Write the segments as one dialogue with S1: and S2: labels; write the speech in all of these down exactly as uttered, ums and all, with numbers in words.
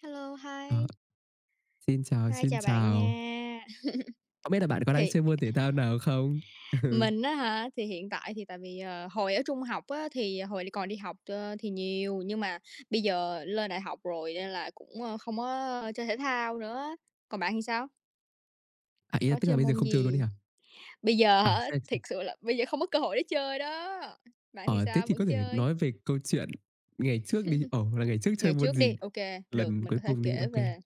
S1: Hello,
S2: Ờ,
S1: hi,
S2: xin chào,
S1: hi,
S2: xin
S1: chào bạn
S2: chào.
S1: nha.
S2: Không biết là bạn có đang
S1: Thì
S2: chơi môn thể thao nào không? Ừ.
S1: mình á hả, thì hiện tại thì tại vì, ờ, hồi ở trung học á, thì hồi còn đi học, ơ, thì nhiều, nhưng mà bây giờ lên đại học rồi nên là cũng, ơ, không có chơi thể thao nữa. Còn bạn thì sao?
S2: À, ý là
S1: Có
S2: tức
S1: chơi
S2: là bây giờ
S1: môn
S2: không chơi luôn đi
S1: gì?
S2: hả?
S1: Bây giờ
S2: À,
S1: hả,
S2: thế thì
S1: thiệt sự là bây giờ không có cơ hội để chơi đó. Bạn thì
S2: ờ, thế
S1: sao,
S2: thì
S1: vẫn
S2: có thể
S1: chơi?
S2: nói về câu chuyện ngày trước đi. Ồ, là ngày trước chơi
S1: Ngày
S2: môn
S1: trước
S2: gì
S1: đi, ok được,
S2: lần
S1: mình
S2: cuối
S1: có thể
S2: cùng đi,
S1: kể
S2: OK.
S1: về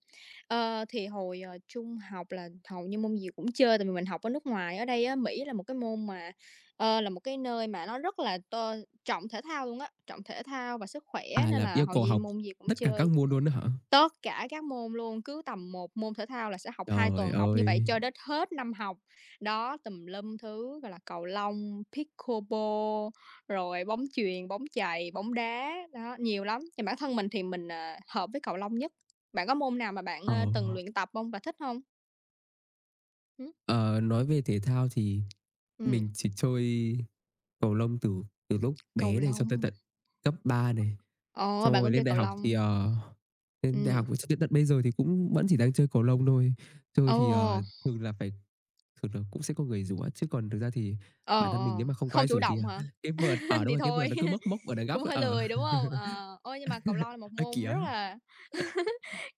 S1: ờ, thì hồi, ờ, trung học là hầu như môn gì cũng chơi, tại vì mình học ở nước ngoài. Ở đây á, Mỹ là một cái môn mà, ờ, là một cái nơi mà nó rất là t trọng thể thao luôn á, trọng thể thao và sức khỏe
S2: À,
S1: nên
S2: là
S1: là
S2: yêu
S1: hầu
S2: cầu
S1: gì
S2: học
S1: môn gì cũng
S2: tất cả các
S1: chơi.
S2: môn luôn đó hả?
S1: Tất cả các môn luôn, cứ tầm một môn thể thao là sẽ học hai
S2: Trời
S1: tuần, học như vậy
S2: ơi!
S1: cho đến hết năm học. Đó, tùm lum thứ, gọi là, cầu lông, pickleball, rồi bóng chuyền, bóng chày, bóng đá, đó, nhiều lắm. Thì bản thân mình thì mình, ờ, hợp với cầu lông nhất. Bạn có môn nào mà bạn,
S2: Ờ,
S1: ơ, từng luyện tập không và thích không? Ừ,
S2: ờ, nói về thể thao thì
S1: ừm,
S2: mình chỉ chơi cầu lông từ từ lúc
S1: cầu
S2: bé này, xong
S1: lông.
S2: tới tận cấp ba này.
S1: Ồ,
S2: Xong
S1: bạn
S2: rồi
S1: cũng chơi
S2: lên đại
S1: cầu
S2: học thì,
S1: lông.
S2: ờ, lên đại
S1: Ừ.
S2: học cho đến tận bây giờ thì cũng vẫn chỉ đang chơi cầu lông thôi. Chơi
S1: Ồ.
S2: thì, ờ, thường là phải thường là cũng sẽ có người rủ á, chứ còn thực ra thì bản
S1: Ờ,
S2: thân mình nếu
S1: ờ,
S2: mà không có
S1: không
S2: ai
S1: chủ
S2: rủ thì,
S1: động
S2: à,
S1: hả?
S2: cái vợt ở đâu
S1: Thì
S2: rồi, cái
S1: thôi,
S2: vợt nó cứ mốc mốc ở đằng
S1: cũng
S2: góc ở
S1: hơi
S2: ờ.
S1: lười, đúng không? Ờ, ôi, nhưng mà cầu lông là một môn
S2: kìa.
S1: rất là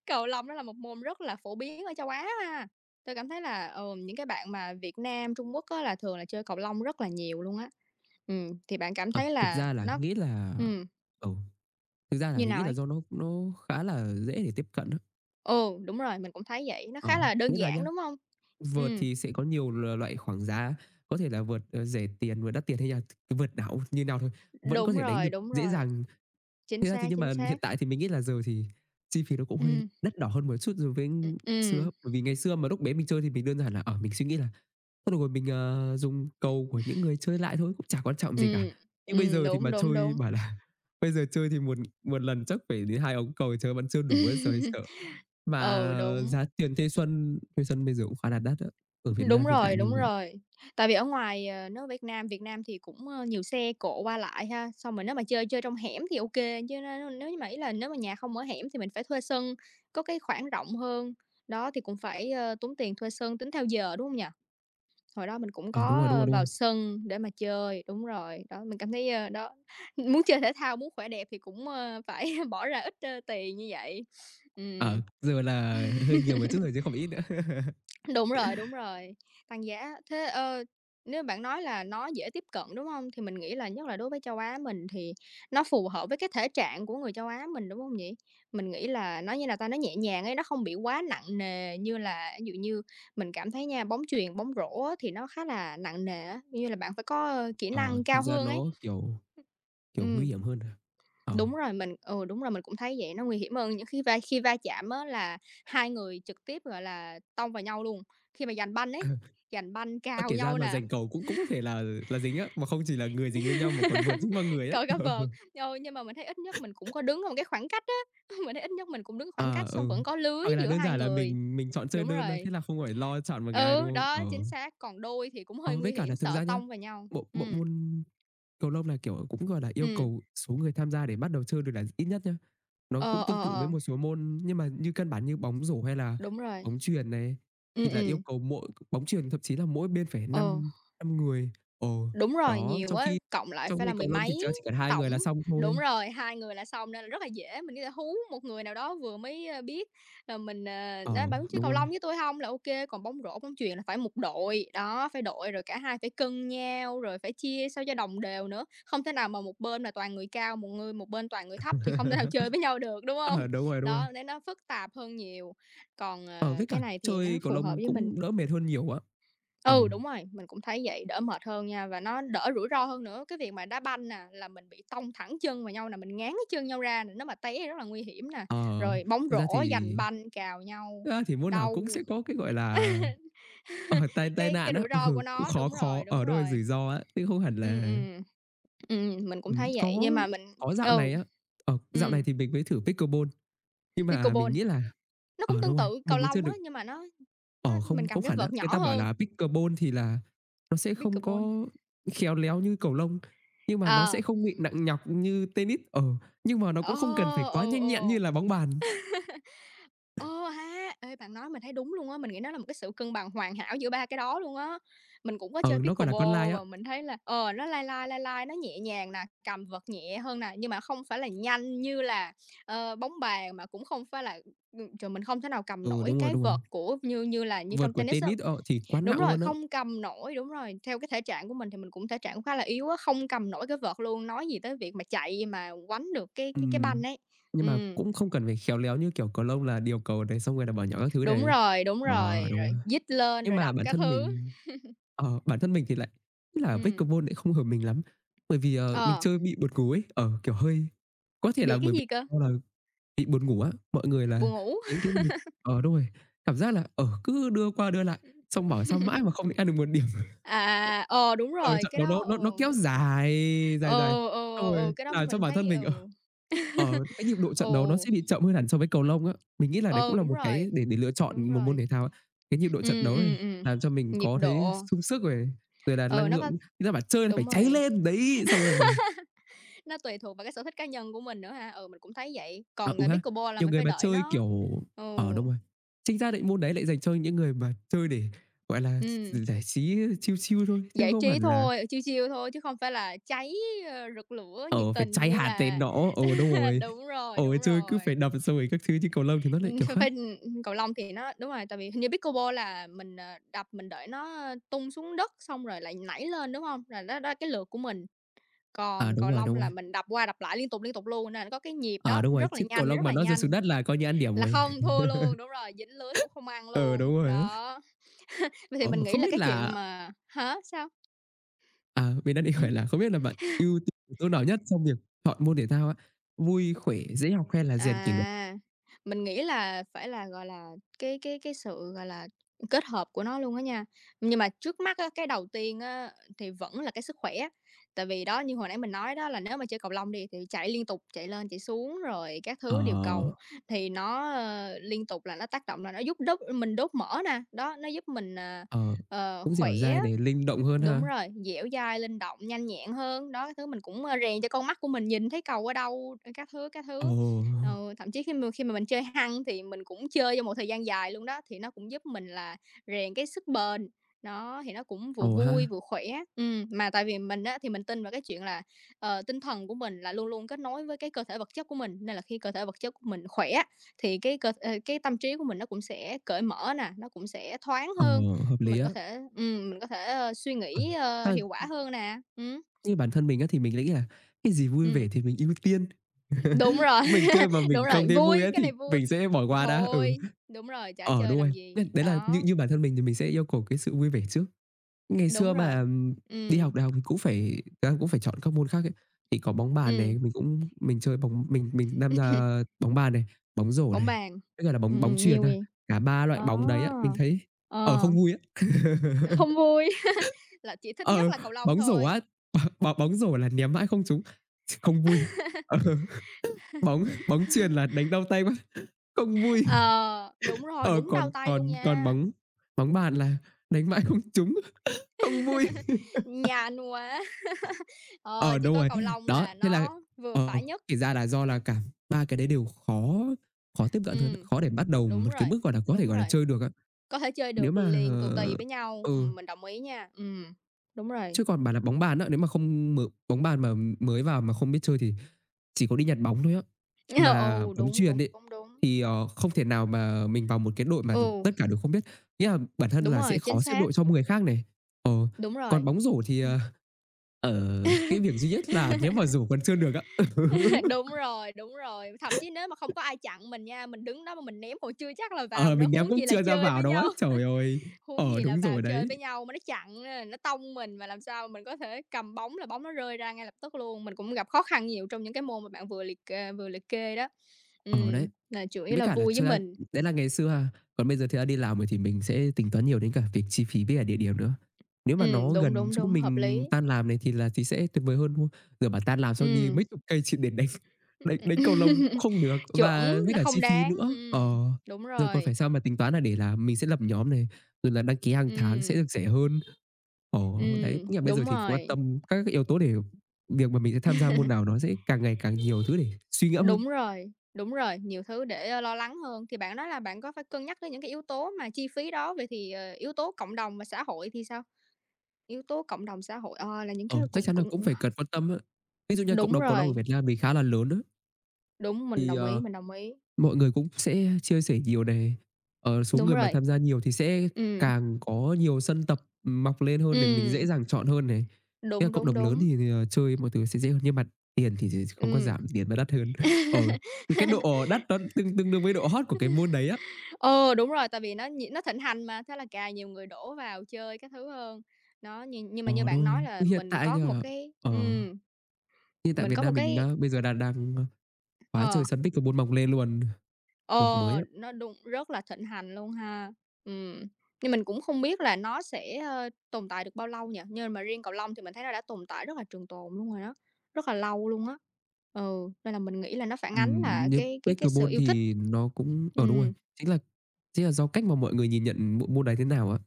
S1: cầu lông đó là một môn rất là phổ biến ở châu Á ha. Tôi cảm thấy là, ừ, những cái bạn mà Việt Nam, Trung Quốc á là thường là chơi cầu lông rất là nhiều luôn á. Ừm, thì bạn cảm
S2: Ờ,
S1: thấy
S2: thực
S1: là
S2: ra là
S1: nó
S2: nghĩ là
S1: ừm,
S2: ừ, thực ra là
S1: như
S2: mình nghĩ
S1: nào
S2: là
S1: ấy?
S2: do nó nó khá là dễ để tiếp cận đó.
S1: Ừ, đúng rồi, mình cũng thấy vậy, nó khá
S2: Ờ,
S1: là đơn
S2: nghĩa là
S1: giản,
S2: nhá,
S1: đúng không?
S2: vợt
S1: Ừm,
S2: thì sẽ có nhiều l loại khoảng giá, có thể là vợt, ờ, rẻ tiền, vợt đắt tiền hay là cái vợt nào như nào thôi, vẫn có
S1: đúng
S2: thể đánh
S1: rồi,
S2: được
S1: đúng
S2: dễ
S1: rồi,
S2: dàng.
S1: chính
S2: Thế ra thì
S1: xác,
S2: nhưng
S1: chính
S2: mà hiện
S1: xác.
S2: tại thì mình nghĩ là giờ thì chi phí nó cũng hơi
S1: Ừm,
S2: đắt đỏ hơn một chút so với
S1: ừm, ừm.
S2: xưa, bởi vì ngày xưa mà lúc bé mình chơi thì mình đơn giản là, ở mình suy nghĩ là: "Thôi được rồi, mình, ờ, dùng cầu của những người chơi lại thôi, cũng chả quan trọng gì
S1: Ừm,
S2: cả." Nhưng bây
S1: ừm,
S2: giờ thì
S1: đúng,
S2: mà
S1: đúng,
S2: chơi
S1: đúng.
S2: bảo là bây giờ chơi thì một một lần chắc phải đến hai ống cầu chơi vẫn chưa đủ ấy, trời, sợ. Mà
S1: Ừ, đúng.
S2: giá tiền thuê xuân thuê xuân bây giờ cũng khá là đắt á, ở Việt
S1: Đúng
S2: Nam hiện tại
S1: rồi,
S2: như
S1: đúng
S2: vậy.
S1: rồi. Tại vì ở ngoài, ờ, nếu Việt Nam Việt Nam thì cũng, ơ, nhiều xe cộ qua lại ha, xong rồi nếu mà chơi chơi trong hẻm thì ok, chứ nếu nếu như mà ý là nếu mà nhà không ở hẻm thì mình phải thuê sân, có cái khoảng rộng hơn, đó, thì cũng phải, ơ, tốn tiền thuê sân tính theo giờ, đúng không nhỉ? Hồi đó mình cũng
S2: Ờ, đúng
S1: có,
S2: rồi, đúng rồi,
S1: ơ,
S2: đúng
S1: vào
S2: rồi.
S1: sân để mà chơi, đúng rồi, đó, mình cảm thấy, ơ, đó, muốn chơi thể thao, muốn khỏe đẹp thì cũng, ơ, phải bỏ ra ít, ơ, tiền như vậy.
S2: Ờ, giờ là
S1: Ừm.
S2: hơi nhiều một chút rồi chứ không ít nữa.
S1: Đúng rồi, đúng rồi, tăng giá. Thế, ơ, nếu bạn nói là nó dễ tiếp cận, đúng hông? Thì mình nghĩ là nhất là đối với châu Á mình thì nó phù hợp với cái thể trạng của người châu Á mình, đúng hông nhỉ? Mình nghĩ là nó như là ta, nó nhẹ nhàng ấy, nó không bị quá nặng nề như là ví dụ như mình cảm thấy nha, bóng chuyền, bóng rổ á thì nó khá là nặng nề á, như là bạn phải có, ơ, kỹ
S2: Ờ,
S1: năng
S2: thực
S1: cao
S2: ra
S1: hơn ấy.
S2: nó, kiểu, kiểu, nguy
S1: Ừm.
S2: hiểm hơn. À. Ờ,
S1: Đúng rồi, mình ừ, đúng rồi, mình cũng thấy vậy, nó nguy hiểm hơn những khi va khi va chạm á là hai người trực tiếp, gọi là, tông vào nhau luôn. Khi mà giành banh
S2: ờ,
S1: ấy, giành banh
S2: ơ,
S1: cào
S2: kể ra
S1: nhau
S2: mà
S1: nè,
S2: rành cầu cũng cũng có thể là là dính á, mà không chỉ là người dính với nhau mà còn vượt dính vào người á.
S1: cờ cả vợt, rồi nhưng mà mình thấy ít nhất mình cũng có đứng ở một cái khoảng cách á, mình thấy ít nhất mình cũng đứng khoảng
S2: Ờ, à,
S1: cách xong
S2: ừ,
S1: vẫn có lưới
S2: hoặc là
S1: giữa
S2: đơn
S1: hai
S2: giản là
S1: người.
S2: mình mình chọn chơi
S1: Đúng
S2: đơn á,
S1: rồi.
S2: thế là không phải lo chọn một cái ai, đúng
S1: Ừ, đó,
S2: không? Ờ.
S1: chính xác, còn đôi thì cũng hơi
S2: Ờ,
S1: nguy
S2: với cả
S1: hiểm,
S2: là thực
S1: sợ
S2: ra nhá,
S1: tông vào nhau.
S2: bộ bộ
S1: Ừ,
S2: môn cầu lông là, kiểu, cũng, gọi là, yêu
S1: ừ,
S2: cầu số người tham gia để bắt đầu chơi được là ít nhất nhá. Nó
S1: ờ,
S2: cũng
S1: ờ,
S2: tương tự với
S1: ờ,
S2: một số môn nhưng mà như căn bản như bóng rổ hay là
S1: đúng rồi.
S2: bóng chuyền này,
S1: Ừ,
S2: thì là
S1: ừ,
S2: yêu cầu mỗi bóng chuyền thậm chí là mỗi bên phải
S1: ờ.
S2: năm năm người. Ồ.
S1: Đúng rồi,
S2: Đó,
S1: nhiều
S2: trong
S1: á,
S2: khi
S1: cộng lại
S2: trong
S1: phải là
S2: khi
S1: mười
S2: cầu lông thì
S1: mấy
S2: chỉ cần hai
S1: tổng.
S2: người là xong
S1: Đúng
S2: thôi.
S1: rồi, hai người là xong nên là rất là dễ, mình có thể hú một người nào đó vừa mới, ơ, biết là mình, ờ,
S2: Ờ,
S1: "Nói bạn muốn chơi
S2: đúng
S1: cầu lông
S2: rồi.
S1: với tôi không là ok," còn bóng rổ, bóng chuyền là phải một đội, đó, phải đội rồi cả hai phải cân nhau, rồi phải chia sao cho đồng đều nữa. Không thể nào mà một bên là toàn người cao, một người một bên toàn người thấp thì không thể nào chơi với nhau được, đúng không?
S2: Ờ, đúng rồi, đúng rồi.
S1: Đó, nên nó phức tạp hơn nhiều, còn,
S2: Ờ,
S1: ờ,
S2: với
S1: cái
S2: cả
S1: này thì nó
S2: chơi cầu
S1: phù hợp
S2: lông
S1: với mình.
S2: cũng đỡ mệt hơn nhiều á.
S1: Ừ,
S2: Ừ,
S1: đúng rồi, mình cũng thấy vậy, đỡ mệt hơn nha và nó đỡ rủi ro hơn nữa. Cái việc mà đá banh nè, là mình bị tông thẳng chân vào nhau nè, mình ngán cái chân nhau ra nè, nếu mà té rất là nguy hiểm nè.
S2: ờ,
S1: Rồi bóng
S2: thực ra
S1: rổ, giành
S2: thì
S1: banh, cào nhau,
S2: thực ra thì môn nào
S1: đau.
S2: cũng sẽ có cái, gọi là, ờ, tai tai
S1: Cái cái
S2: nạn á,
S1: rủi ro của
S2: ừ, cũng
S1: nó,
S2: khó
S1: đúng
S2: khó
S1: rồi, đúng
S2: ở đâu là
S1: rồi.
S2: rủi ro á, chứ không hẳn
S1: Ừm,
S2: là
S1: ừm, ừm, mình cũng
S2: ừm,
S1: thấy vậy,
S2: có
S1: nhưng mà mình
S2: có dạo
S1: ừ,
S2: này á, ờ, dạo này
S1: ừm,
S2: thì mình mới thử pickleball, nhưng mà mình
S1: pickleball,
S2: nghĩ là
S1: nó
S2: ở
S1: cũng tương
S2: đúng rồi,
S1: tự cầu
S2: mình mới chưa
S1: lông á,
S2: được
S1: nhưng mà nó nó
S2: ở
S1: mình
S2: không
S1: cầm
S2: không
S1: cái
S2: hẳn á,
S1: vợt
S2: người
S1: nhỏ
S2: ta bảo
S1: hơn,
S2: là pickleball thì là nó sẽ không
S1: pickleball.
S2: có khéo léo như cầu lông, nhưng mà nó
S1: Ờ,
S2: sẽ không bị nặng nhọc như tennis, ờ, nhưng mà nó
S1: ờ,
S2: cũng không cần phải quá
S1: ừ,
S2: nhanh nhẹn
S1: ừ.
S2: như là bóng bàn,
S1: Ờ ha! Ê, bạn nói mình thấy đúng luôn á, mình nghĩ nó là một cái sự cân bằng hoàn hảo giữa ba cái đó luôn á. Mình cũng có chơi
S2: ừ, nó, gọi là, con lai
S1: pickleball
S2: á.
S1: và mình thấy là, ờ, nó lai lai, lai lai, nó nhẹ nhàng nè, cầm vợt nhẹ hơn nè, nhưng mà không phải là nhanh như là, ờ, bóng bàn, mà cũng không phải là ừm, trời, mình không thể nào cầm
S2: Ừ,
S1: nổi
S2: đúng rồi,
S1: cái
S2: đúng rồi,
S1: vợt của như như là như
S2: vợt
S1: trong
S2: của
S1: tennis á.
S2: tennis, ờ, thì quá
S1: Đúng
S2: nặng
S1: rồi,
S2: luôn á.
S1: không cầm nổi, đúng rồi, theo cái thể trạng của mình thì mình cũng thể trạng cũng khá là yếu á, không cầm nổi cái vợt luôn, nói gì tới việc mà chạy mà quánh được cái cái cái banh
S2: Ừm,
S1: ấy.
S2: nhưng mà
S1: Ừm.
S2: cũng không cần phải khéo léo như kiểu cầu lông là điều cầu này, xong rồi là bỏ nhỏ các thứ
S1: Đúng
S2: này.
S1: rồi, đúng
S2: Ờ,
S1: rồi,
S2: đúng
S1: rồi
S2: rồi.
S1: dít lên
S2: Nhưng
S1: rồi
S2: mà
S1: đập
S2: bản
S1: các
S2: thân
S1: thứ.
S2: mình ờ, bản thân mình thì lại ý là
S1: Ừm,
S2: pickleball lại không hợp mình lắm, bởi vì, ờ, mình
S1: ờ,
S2: chơi bị buồn ngủ ấy, ờ, kiểu, hơi có thể là
S1: bị cái
S2: bởi vì
S1: gì cơ?
S2: do là bị buồn ngủ á, mọi người là
S1: Buồn ngủ.
S2: những cái người ờ, đúng rồi, cảm giác là, ờ, cứ đưa qua đưa lại, xong bảo sao mãi mà không định ăn được một điểm.
S1: À, ờ, đúng
S2: Ừ,
S1: rồi,
S2: trận
S1: cái
S2: đấu nó
S1: đó,
S2: nó nó
S1: ừ,
S2: kéo dài, dài, dài,
S1: ờ, ờ,
S2: xong
S1: ừ, ừ,
S2: rồi
S1: cái đó
S2: làm cho
S1: mình
S2: bản thân
S1: thấy,
S2: mình,
S1: ừ,
S2: ờ, ờ, cái nhịp độ trận đấu nó
S1: ừ,
S2: sẽ bị chậm hơn hẳn so với cầu lông á. Mình nghĩ là đấy cũng
S1: ừ,
S2: là
S1: đúng
S2: một cái
S1: rồi,
S2: để để lựa
S1: đúng
S2: chọn một
S1: rồi.
S2: môn thể thao á. Cái nhịp độ trận
S1: Ừ,
S2: đấu
S1: ừ,
S2: này
S1: ừm,
S2: làm cho mình
S1: nhịp
S2: có thấy
S1: độ,
S2: sung sức này, rồi là
S1: ờ
S2: năng
S1: nó
S2: lượng,
S1: có
S2: người ta bảo chơi là phải
S1: đúng
S2: cháy
S1: rồi,
S2: lên, đấy, xong rồi là
S1: nó tùy thuộc vào cái sở thích cá nhân của mình nữa ha, ừ, mình cũng thấy vậy.
S2: à,
S1: Còn,
S2: ừ
S1: à,
S2: ha,
S1: pickleball là
S2: nhiều
S1: mình
S2: người
S1: phải
S2: mà
S1: đợi
S2: chơi,
S1: nó,
S2: kiểu
S1: ừ,
S2: ờ, đúng rồi, chính ra lại môn đấy lại dành cho những người mà chơi để, gọi là,
S1: ừm.
S2: giải trí chill chill thôi, chứ
S1: Giải
S2: không
S1: trí
S2: hẳn là
S1: thôi, ừ, chill chill thôi chứ không phải là cháy, ơ, rực lửa, nhiệt
S2: Ờ, phải
S1: tình
S2: chai
S1: như
S2: hạt lên
S1: là
S2: nó, ừ, đúng rồi.
S1: đúng rồi,
S2: Ừ,
S1: đúng
S2: chơi cứ
S1: rồi.
S2: phải đập xong rồi các thứ, chứ cầu lông thì nó lại
S1: Ừm,
S2: kiểu
S1: ph
S2: khác.
S1: phải ừm, cầu lông thì nó đúng rồi, tại vì hình như pickleball là mình, ờ, đập mình để nó tung xuống đất xong rồi lại nảy lên, đúng không? Là đó đó là cái lượt của mình.
S2: À,
S1: Còn
S2: đúng
S1: cầu
S2: rồi,
S1: lông
S2: đúng rồi.
S1: là mình đập qua đập lại liên tục, liên tục luôn, nên nó có cái nhịp
S2: À,
S1: đó,
S2: đúng rồi,
S1: rất là
S2: chứ cầu
S1: nhanh,
S2: lông
S1: rất
S2: mà
S1: là
S2: nó rơi xuống
S1: nhanh,
S2: đất là coi như ăn điểm
S1: là
S2: rồi.
S1: không thua luôn, đúng rồi, dính lưới cũng không ăn
S2: Ừ,
S1: luôn.
S2: đúng rồi á.
S1: Đó, vậy thì
S2: Ờ,
S1: mình nghĩ
S2: không
S1: là
S2: biết
S1: cái chuyện
S2: là
S1: mà hả? Sao?
S2: à, mình đang định hỏi là không biết là bạn ưu tiên chỗ nào nhất trong việc chọn môn thể thao á? Vui, khỏe, dễ học hay là rèn kỷ luật?
S1: À, mình nghĩ là phải là, gọi là, cái cái cái sự, gọi là, kết hợp của nó luôn á nha. Nhưng mà trước mắt á, cái đầu tiên á, thì vẫn là cái sức khỏe, tại vì đó, như hồi nãy mình nói đó là nếu mà chơi cầu lông đi, thì chạy liên tục, chạy lên chạy xuống rồi các
S2: Ờ,
S1: thứ, điều cầu, thì nó, ờ, liên tục là nó tác động là nó giúp đốt mình đốt mỡ nè, đó, nó giúp mình, à,
S2: ờ,
S1: ờ,
S2: cũng
S1: khỏe.
S2: dẻo dai này, linh động hơn
S1: Đúng
S2: ha?
S1: rồi, dẻo dai, linh động, nhanh nhẹn hơn, đó, cái thứ mình cũng, ơ, rèn cho con mắt của mình nhìn thấy cầu ở đâu, ờ, các thứ, các
S2: Ồ,
S1: thứ. Ừ, thậm chí khi mà khi mà mình chơi Hăng thì mình cũng chơi trong một thời gian dài luôn đó, thì nó cũng giúp mình là rèn cái sức bền, nó thì nó cũng vừa
S2: ồ ha,
S1: vui vừa khỏe. Ừm, mà tại vì mình á thì mình tin vào cái chuyện là, ờ, tinh thần của mình là luôn luôn kết nối với cái cơ thể vật chất của mình, nên là khi cơ thể vật chất của mình khỏe thì cái cơ ờ, cái tâm trí của mình nó cũng sẽ cởi mở nè, nó cũng sẽ thoáng
S2: ờ,
S1: hơn.
S2: hợp lý
S1: Mình có
S2: á.
S1: thể ừm, mình có thể, ơ, suy
S2: Ờ,
S1: nghĩ, ơ,
S2: ha,
S1: hiệu quả hơn nè. Ừm,
S2: như bản thân mình á, thì mình nghĩ là cái gì vui vẻ
S1: ừm,
S2: thì mình ưu tiên.
S1: đúng rồi,
S2: Mình chơi mà
S1: đúng
S2: mình
S1: rồi,
S2: không thấy vui
S1: vui,
S2: á
S1: cái này
S2: thì
S1: vui
S2: mình sẽ bỏ
S1: thì
S2: qua đã, ừ.
S1: thôi, đúng rồi, chả
S2: Ờ,
S1: chơi
S2: đúng rồi.
S1: làm gì,
S2: Nên đấy là như
S1: đó,
S2: như bản thân mình thì mình sẽ yêu cầu cái sự vui vẻ trước. Ngày
S1: đúng
S2: xưa
S1: rồi.
S2: mà, ừm, đi
S1: Ừm,
S2: học đại học thì cũng phải thực ra cũng phải chọn các môn khác ấy, thì có bóng bàn
S1: ừm,
S2: này, mình cũng mình chơi bóng mình mình tham gia bóng bàn này, bóng rổ
S1: bóng
S2: này,
S1: bàn,
S2: với cả là bóng bóng
S1: ừm,
S2: chuyền
S1: nhiều
S2: thôi.
S1: gì,
S2: Cả ba loại
S1: Ờ,
S2: bóng đấy á, mình thấy, ờ,
S1: ờ,
S2: không vui á.
S1: không vui, là chỉ thích nhất
S2: Ờ,
S1: là cầu lông
S2: bóng rổ
S1: thôi.
S2: á, b bóng rổ là ném mãi không trúng, không vui. Ờ, bóng bóng chuyền là đánh đau tay quá, không vui.
S1: Ờ, đúng rồi,
S2: Ờ,
S1: đúng đau
S2: còn
S1: tay luôn
S2: còn còn
S1: nha,
S2: bóng bóng bàn là đánh mãi không trúng, không vui.
S1: nhàn quá, ờ,
S2: Ờ,
S1: chỉ
S2: đúng
S1: có
S2: rồi.
S1: cầu lông
S2: Đó,
S1: là
S2: thế là,
S1: nó vừa
S2: ờ,
S1: phải nhất.
S2: kể ra là do là cả ba cái đấy đều khó khó tiếp cận hơn á,
S1: Ừm,
S2: khó để bắt đầu
S1: đúng
S2: một cái
S1: rồi,
S2: mức, gọi là, có thể,
S1: đúng
S2: gọi là,
S1: rồi.
S2: chơi được á.
S1: Có thể chơi
S2: Nếu
S1: được
S2: mà
S1: liền tù tì
S2: ờ,
S1: với nhau,
S2: ừ,
S1: ừm, mình đồng ý nha. Ừm, đúng rồi.
S2: chứ còn bảo là bóng bàn á, nếu mà không m bóng bàn mà mới vào mà không biết chơi thì chỉ có đi nhặt bóng thôi á. Mà
S1: Ừ,
S2: bóng
S1: đúng, đúng,
S2: chuyền ấy,
S1: đúng, đúng.
S2: thì, ờ, không thể nào mà mình vào một cái đội mà
S1: Ừ,
S2: tất cả đều không biết, nghĩa là bản thân
S1: đúng
S2: là sẽ
S1: rồi, chính
S2: khó xếp
S1: xác,
S2: đội cho người khác này. Ờ,
S1: đúng rồi.
S2: còn bóng rổ thì,
S1: Ừm.
S2: ờ, ờ, cái việc duy nhất là ném vào rổ còn chưa được á.
S1: Đúng rồi, đúng rồi, thậm chí nếu mà không có ai chặn mình nha, mình đứng đó mà mình ném còn chưa chắc là
S2: Ừ.
S1: vào
S2: Ờ,
S1: nữa,
S2: mình
S1: huống
S2: ném cũng
S1: gì là
S2: chưa ra
S1: chơi
S2: vào
S1: với
S2: đâu á.
S1: nhau,
S2: Trời ơi!
S1: huống
S2: Ờ,
S1: gì là
S2: đúng
S1: vào
S2: rồi đấy.
S1: chơi với nhau mà nó chặn á, nó tông mình mà làm sao mình có thể cầm bóng là bóng nó rơi ra ngay lập tức luôn. Mình cũng gặp khó khăn nhiều trong những cái môn mà bạn vừa liệt kê vừa liệt kê đó.
S2: Ờ, đấy.
S1: Ừm, là chủ yếu
S2: Với
S1: là
S2: cả là
S1: vui với
S2: cho ra
S1: mình.
S2: đấy là ngày xưa ha, còn bây giờ thì ra đi làm rồi thì mình sẽ tính toán nhiều đến cả việc chi phí với cả địa điểm nữa. Nếu mà nó
S1: Ừm, đúng,
S2: gần
S1: đúng,
S2: chỗ
S1: đúng, hợp
S2: mình
S1: lý.
S2: tan làm này thì là thì sẽ tuyệt vời hơn, đúng không? Giờ bảo tan làm xong đi
S1: Ừm.
S2: mấy chục cây chỉ để đánh đánh đánh cầu lông cũng không được
S1: Chuẩn,
S2: và với
S1: nó
S2: cả chi
S1: không
S2: phí
S1: đáng.
S2: nữa.
S1: Ừm,
S2: Ờ,
S1: đúng
S2: giờ còn
S1: rồi.
S2: phải sao mà tính toán là để là mình sẽ lập nhóm này, rồi là đăng ký hàng tháng sẽ
S1: Ừm,
S2: được rẻ hơn. Ồ, đấy,
S1: ừm,
S2: nghĩa là bây giờ
S1: đúng
S2: thì quan
S1: rồi,
S2: tâm các cái yếu tố để việc mà mình sẽ tham gia môn nào nó sẽ càng ngày càng nhiều thứ để suy ngẫm hơn.
S1: đúng rồi, đúng rồi, nhiều thứ để, ơ, lo lắng hơn. Thì bạn nói là bạn có phải cân nhắc đến những cái yếu tố mà chi phí đó, vậy thì, ờ, yếu tố cộng đồng và xã hội thì sao? Yếu tố cộng đồng xã hội, ờ, là những cái
S2: Ờ, chắc
S1: cũng
S2: chắn là
S1: cũng
S2: cũng phải cần quan tâm á. Ví dụ như cộng
S1: đúng
S2: đồng cầu lông ở
S1: rồi,
S2: Việt Nam mình khá là lớn á,
S1: đúng, mình
S2: thì,
S1: đồng ý,
S2: ờ,
S1: mình đồng ý.
S2: mọi người cũng sẽ chia sẻ nhiều này, ờ, số
S1: Đúng
S2: người mà
S1: rồi,
S2: tham gia nhiều thì sẽ
S1: ừm,
S2: càng có nhiều sân tập, ừm, mọc lên hơn này, mình
S1: ừm,
S2: dễ dàng chọn hơn này. Thế là
S1: đúng,
S2: cộng
S1: đúng,
S2: đồng lớn
S1: đúng,
S2: thì thì, ờ, chơi mọi thứ sẽ dễ hơn, nhưng mà tiền thì thì không có
S1: ừm.
S2: giảm, tiền nó đắt hơn. Ờ, thì cái độ đắt nó tương tương đương với độ hot của cái môn đấy á.
S1: Ờ, đúng rồi, tại vì nó nh nó thịnh hành mà, thế là càng nhiều người đổ vào chơi các thứ hơn. Đó, nhưng nhưng mà như
S2: Ờ,
S1: bạn
S2: đúng
S1: nói
S2: rồi.
S1: là
S2: Hiện
S1: mình
S2: tại
S1: có một
S2: nha,
S1: cái
S2: ờ,
S1: ừm,
S2: hiện tại
S1: mình
S2: Việt
S1: có một
S2: Nam mình
S1: cái
S2: đã bây giờ là đang, ơ, quá
S1: ờ,
S2: trời sân bích và môn mọc lên luôn, mọc
S1: ờ,
S2: mới á.
S1: nó đúng, rất là thịnh hành luôn ha. Ừm, nhưng mình cũng không biết là nó sẽ, ơ, tồn tại được bao lâu nhỉ? Nhưng mà riêng cầu lông thì mình thấy nó đã tồn tại rất là trường tồn luôn rồi đó, rất là lâu luôn á. Ừ, nên là mình nghĩ là nó phản ánh là
S2: Ừm, như
S1: cái cái cái sự
S2: pickleball
S1: yêu thích.
S2: thì nó cũng, ờ, đúng rồi,
S1: Ừm,
S2: chính là chính là do cách mà mọi người nhìn nhận bộ môn đấy thế nào á.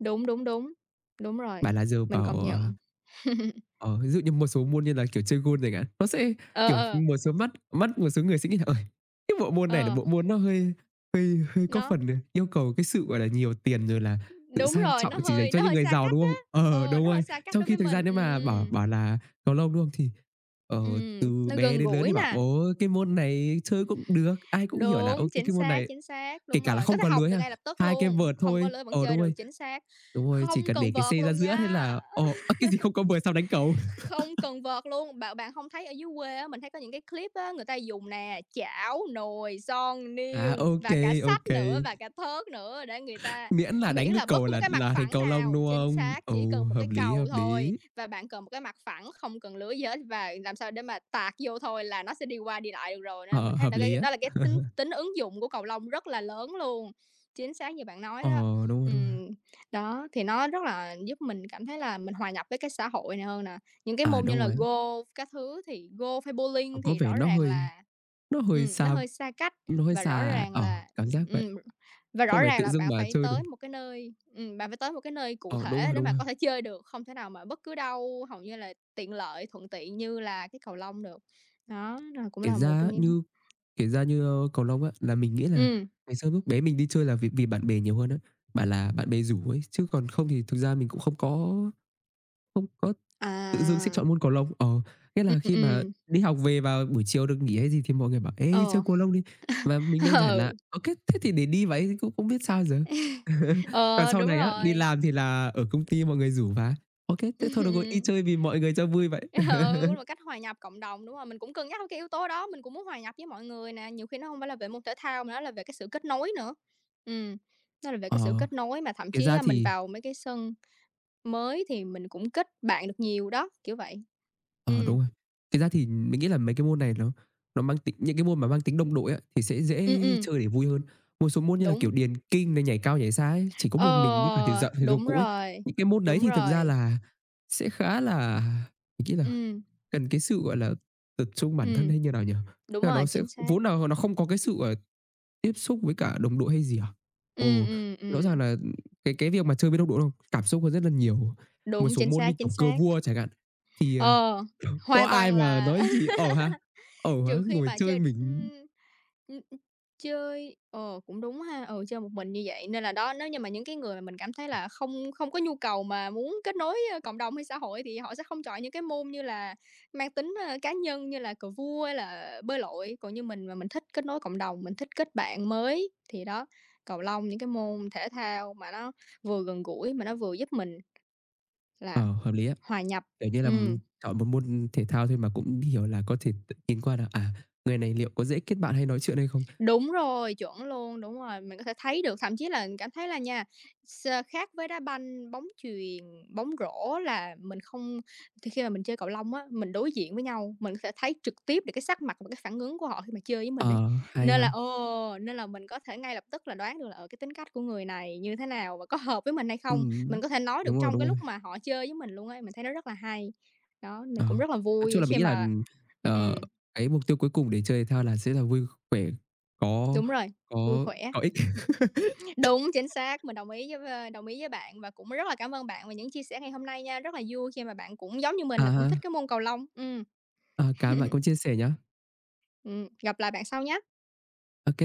S1: đúng, đúng, đúng. Đúng rồi,
S2: Bảo là giờ
S1: mình
S2: bảo,
S1: công
S2: ờ,
S1: nhận.
S2: ờ, ví dụ như một số môn như là, kiểu, chơi golf chẳng hạn, nó sẽ,
S1: Ờ,
S2: kiểu,
S1: ờ.
S2: một số mắt mắt một số người sẽ nghĩ là "Ơi, cái bộ môn này là
S1: Ờ,
S2: bộ môn nó hơi hơi có
S1: nó
S2: phần, ờ, yêu cầu cái sự, gọi là, nhiều tiền rồi là sự
S1: đúng
S2: sang
S1: rồi,
S2: trọng
S1: nó
S2: chỉ dành
S1: hơi
S2: cho
S1: nó
S2: những
S1: hơi
S2: người
S1: xa
S2: giàu",
S1: cách
S2: đúng
S1: á,
S2: không? Ờ,
S1: ờ,
S2: đúng
S1: nó hơi
S2: rồi,
S1: xa cách
S2: trong
S1: đối
S2: khi
S1: với
S2: thực ra
S1: mình,
S2: nếu mà bảo
S1: ừm,
S2: bảo là cầu lông, đúng không? Thì, ờ,
S1: ừm,
S2: từ
S1: nó
S2: bé
S1: gần
S2: đến lớn
S1: gũi
S2: thì bảo:
S1: nè,
S2: "Ồ, cái môn này chơi cũng được", ai cũng hiểu là
S1: đúng,
S2: "Ô kê,
S1: chính
S2: cái môn
S1: xác,
S2: này".
S1: chính xác,
S2: Kể
S1: đúng
S2: cả là
S1: rồi, có
S2: không
S1: thể
S2: có
S1: học
S2: lưới
S1: được
S2: ha,
S1: ngay lập tức
S2: hai cái
S1: luôn,
S2: vợt
S1: không có
S2: thôi.
S1: lứa vẫn
S2: Ờ,
S1: chơi
S2: đúng
S1: được,
S2: rồi,
S1: chính xác,
S2: đúng rồi, chỉ
S1: không
S2: cần
S1: cần
S2: để cái
S1: vợt
S2: xe ra
S1: luôn
S2: giữa thế
S1: nha.
S2: là ờ, ơ, cái gì không có vợt sao đánh cầu?
S1: Không cần vợt luôn, bạn bạn không thấy ở dưới quê á, mình thấy có những cái clip á, người ta dùng nè, chảo, nồi, son, niêu
S2: À, ok
S1: và cả sách
S2: ok
S1: nữa, và cả thớt nữa để người ta
S2: miễn là
S1: miễn
S2: đánh
S1: là
S2: được
S1: bất
S2: cầu
S1: cứ một
S2: là
S1: cái mặt
S2: là thành
S1: phẳng
S2: cầu lông,
S1: nào
S2: đúng
S1: chính
S2: không?
S1: xác, chỉ cần
S2: Ừ,
S1: một cái
S2: hợp lý,
S1: cầu
S2: hợp
S1: thôi
S2: lý.
S1: và bạn cần một cái mặt phẳng, không cần lưới gì hết và làm sao để mà tạt vô thôi là nó sẽ đi qua đi lại được rồi, nên là
S2: Ờ,
S1: mình thấy
S2: hợp
S1: là
S2: lý
S1: cái
S2: á.
S1: đó là cái tính tính ứng dụng của cầu lông rất là lớn luôn. Chính xác như bạn nói
S2: Ờ,
S1: đó.
S2: đúng rồi, đúng rồi.
S1: Ừm, đó, thì nó rất là giúp mình cảm thấy là mình hòa nhập với cái xã hội này hơn nè. Những cái
S2: À,
S1: môn như
S2: đúng
S1: là
S2: rồi.
S1: golf các thứ thì golf hay bowling
S2: Ờ, có
S1: thì
S2: vẻ
S1: rõ
S2: nó
S1: ràng
S2: hơi
S1: là,
S2: nó hơi
S1: ừm, nó
S2: xa
S1: hơi xa cách
S2: nó hơi
S1: và rõ
S2: xa
S1: ràng
S2: ờ,
S1: là
S2: cảm giác vậy.
S1: ừm, và
S2: Không
S1: rõ
S2: phải
S1: ràng
S2: tự
S1: là
S2: dưng
S1: bạn
S2: mà
S1: phải
S2: chơi được.
S1: tới một cái nơi ừm, bạn phải tới một cái nơi cụ
S2: Ờ, đúng
S1: thể
S2: rồi,
S1: để
S2: đúng
S1: mà
S2: rồi.
S1: có thể chơi được, không thể nào mà bất cứ đâu hầu như là tiện lợi, thuận tiện như là cái cầu lông được. Đó, là cũng
S2: Kể
S1: là
S2: ra
S1: một trong
S2: á,
S1: những
S2: như kể ra như, ơ, cầu lông á, là mình nghĩ là
S1: ừm,
S2: ngày xưa lúc bé mình đi chơi là vì vì bạn bè nhiều hơn á, bảo là bạn bè rủ ấy, chứ còn không thì thực ra mình cũng không có không có tự dưng sẽ
S1: à,
S2: chọn môn cầu lông. Ờ, nghĩa
S1: ừm,
S2: là khi mà
S1: ừm,
S2: đi học về vào buổi chiều được nghỉ hay gì thì mọi người bảo: "Ê, đi
S1: ờ,
S2: chơi cầu lông đi." Và mình đơn giản là
S1: ừ,
S2: "Ô kê, thế thì để đi vậy." Cũng không biết sao giờ. Còn
S1: ờ,
S2: sau
S1: đúng
S2: này á, đi
S1: rồi.
S2: làm thì là ở công ty mọi người rủ và "Ô kê, thế thôi được rồi, đi chơi vì mọi người cho vui vậy."
S1: Ờ, Ừ, một cách hòa nhập cộng đồng, đúng rồi, mình cũng cân nhắc cái yếu tố đó, mình cũng muốn hòa nhập với mọi người nè, nhiều khi nó không phải là về môn thể thao mà nó là về cái sự kết nối nữa. Ừm, nó là về cái sự
S2: Ờ,
S1: kết nối mà thậm
S2: kể
S1: chí,
S2: ra
S1: a, mình
S2: thì,
S1: vào mấy cái sân mới thì mình cũng kết bạn được nhiều đó, kiểu vậy.
S2: ờ,
S1: Ừm,
S2: đúng rồi. Thực ra thì mình nghĩ là mấy cái môn này nó nó mang tính những cái môn mà mang tính đồng đội á, thì sẽ
S1: ừm,
S2: dễ
S1: ừm,
S2: chơi để vui hơn. Một số môn như là,
S1: đúng,
S2: kiểu, điền kinh này, nhảy cao nhảy xa ấy, chỉ có một mình với cả thể
S1: ờ,
S2: dạo thể dục
S1: đúng
S2: cũ ấy.
S1: rồi,
S2: Những cái môn đấy
S1: đúng
S2: thì thực ra
S1: rồi,
S2: là sẽ khá là, mình nghĩ là
S1: ừm,
S2: cần cái sự, gọi là, tập trung bản thân
S1: ừm,
S2: hay như nào nhỉ?
S1: đúng
S2: Tức là
S1: rồi,
S2: nó sẽ
S1: chính xác.
S2: vốn là nó không có cái sự, ờ, tiếp xúc với cả đồng đội hay gì à?
S1: Ừm,
S2: Ồ,
S1: ừm,
S2: rõ ràng
S1: ừm,
S2: là cái cái việc mà chơi với đồng đội đâu, cảm xúc hơn rất là nhiều. Một
S1: đúng,
S2: số
S1: chính
S2: môn
S1: xác,
S2: như,
S1: chính
S2: kiểu, cờ
S1: xác.
S2: vua chẳng hạn, thì, ờ,
S1: Ờ,
S2: có
S1: hoàn
S2: ai
S1: toàn
S2: mà
S1: là
S2: nói gì "Ẩu hả? Ẩu hả?
S1: trừ khi
S2: Ngồi
S1: mà
S2: chơi
S1: chơi ưm,
S2: mình".
S1: ừm, ừm, chơi ờ, cũng đúng ha, ừ, chơi một mình như vậy nên là đó, nếu như mà những cái người mà mình cảm thấy là không không có nhu cầu mà muốn kết nối, ơ, cộng đồng hay xã hội thì họ sẽ không chọn những cái môn như là mang tính, ơ, cá nhân như là cờ vua hay là bơi lội. Còn như mình mà mình thích kết nối cộng đồng, mình thích kết bạn mới thì đó, cầu lông, những cái môn thể thao mà nó vừa gần gũi mà nó vừa giúp mình là
S2: Ờ, hợp lý á.
S1: hòa nhập.
S2: Kiểu như là,
S1: Ừm.
S2: ừm, chọn một môn thể thao thôi mà cũng hiểu là có thể tự nhìn qua là, à, người này liệu có dễ kết bạn hay nói chuyện hay không?
S1: Đúng rồi, chuẩn luôn, đúng rồi, mình có thể thấy được, thậm chí là mình cảm thấy là nha, s khác với đá banh, bóng chuyền, bóng rổ là mình không thì khi mà mình chơi cầu lông á, mình đối diện với nhau, mình có thể thấy trực tiếp được cái sắc mặt và cái phản ứng của họ khi mà chơi với mình ấy.
S2: Ờ, hay
S1: Nên
S2: ha.
S1: là ồ, nên là mình có thể ngay lập tức là đoán được là, ờ, cái tính cách của người này như thế nào và có hợp với mình hay không. Mình
S2: Ừm,
S1: có thể nói được
S2: đúng rồi,
S1: trong cái
S2: đúng
S1: lúc
S2: rồi.
S1: mà họ chơi với mình luôn ấy, mình thấy nó rất là hay. Đó, mình
S2: Ờ,
S1: cũng rất là
S2: nói chung
S1: vui
S2: là mình
S1: khi
S2: nghĩ là,
S1: mà
S2: ờ,
S1: ừm,
S2: cái mục tiêu cuối cùng để chơi thể thao là sẽ là vui khỏe, có
S1: đúng rồi, vui
S2: có
S1: khỏe.
S2: có ích.
S1: Đúng, chính xác, mình đồng ý với, ờ, đồng ý với bạn và cũng rất là cảm ơn bạn về những chia sẻ ngày hôm nay nha. Rất là vui khi mà bạn cũng giống như mình
S2: À
S1: là cũng
S2: ha,
S1: thích cái môn cầu lông. Ừm,
S2: à, cảm ơn
S1: ừm,
S2: bạn cũng chia sẻ nhá.
S1: gặp lại bạn sau nhé
S2: Ok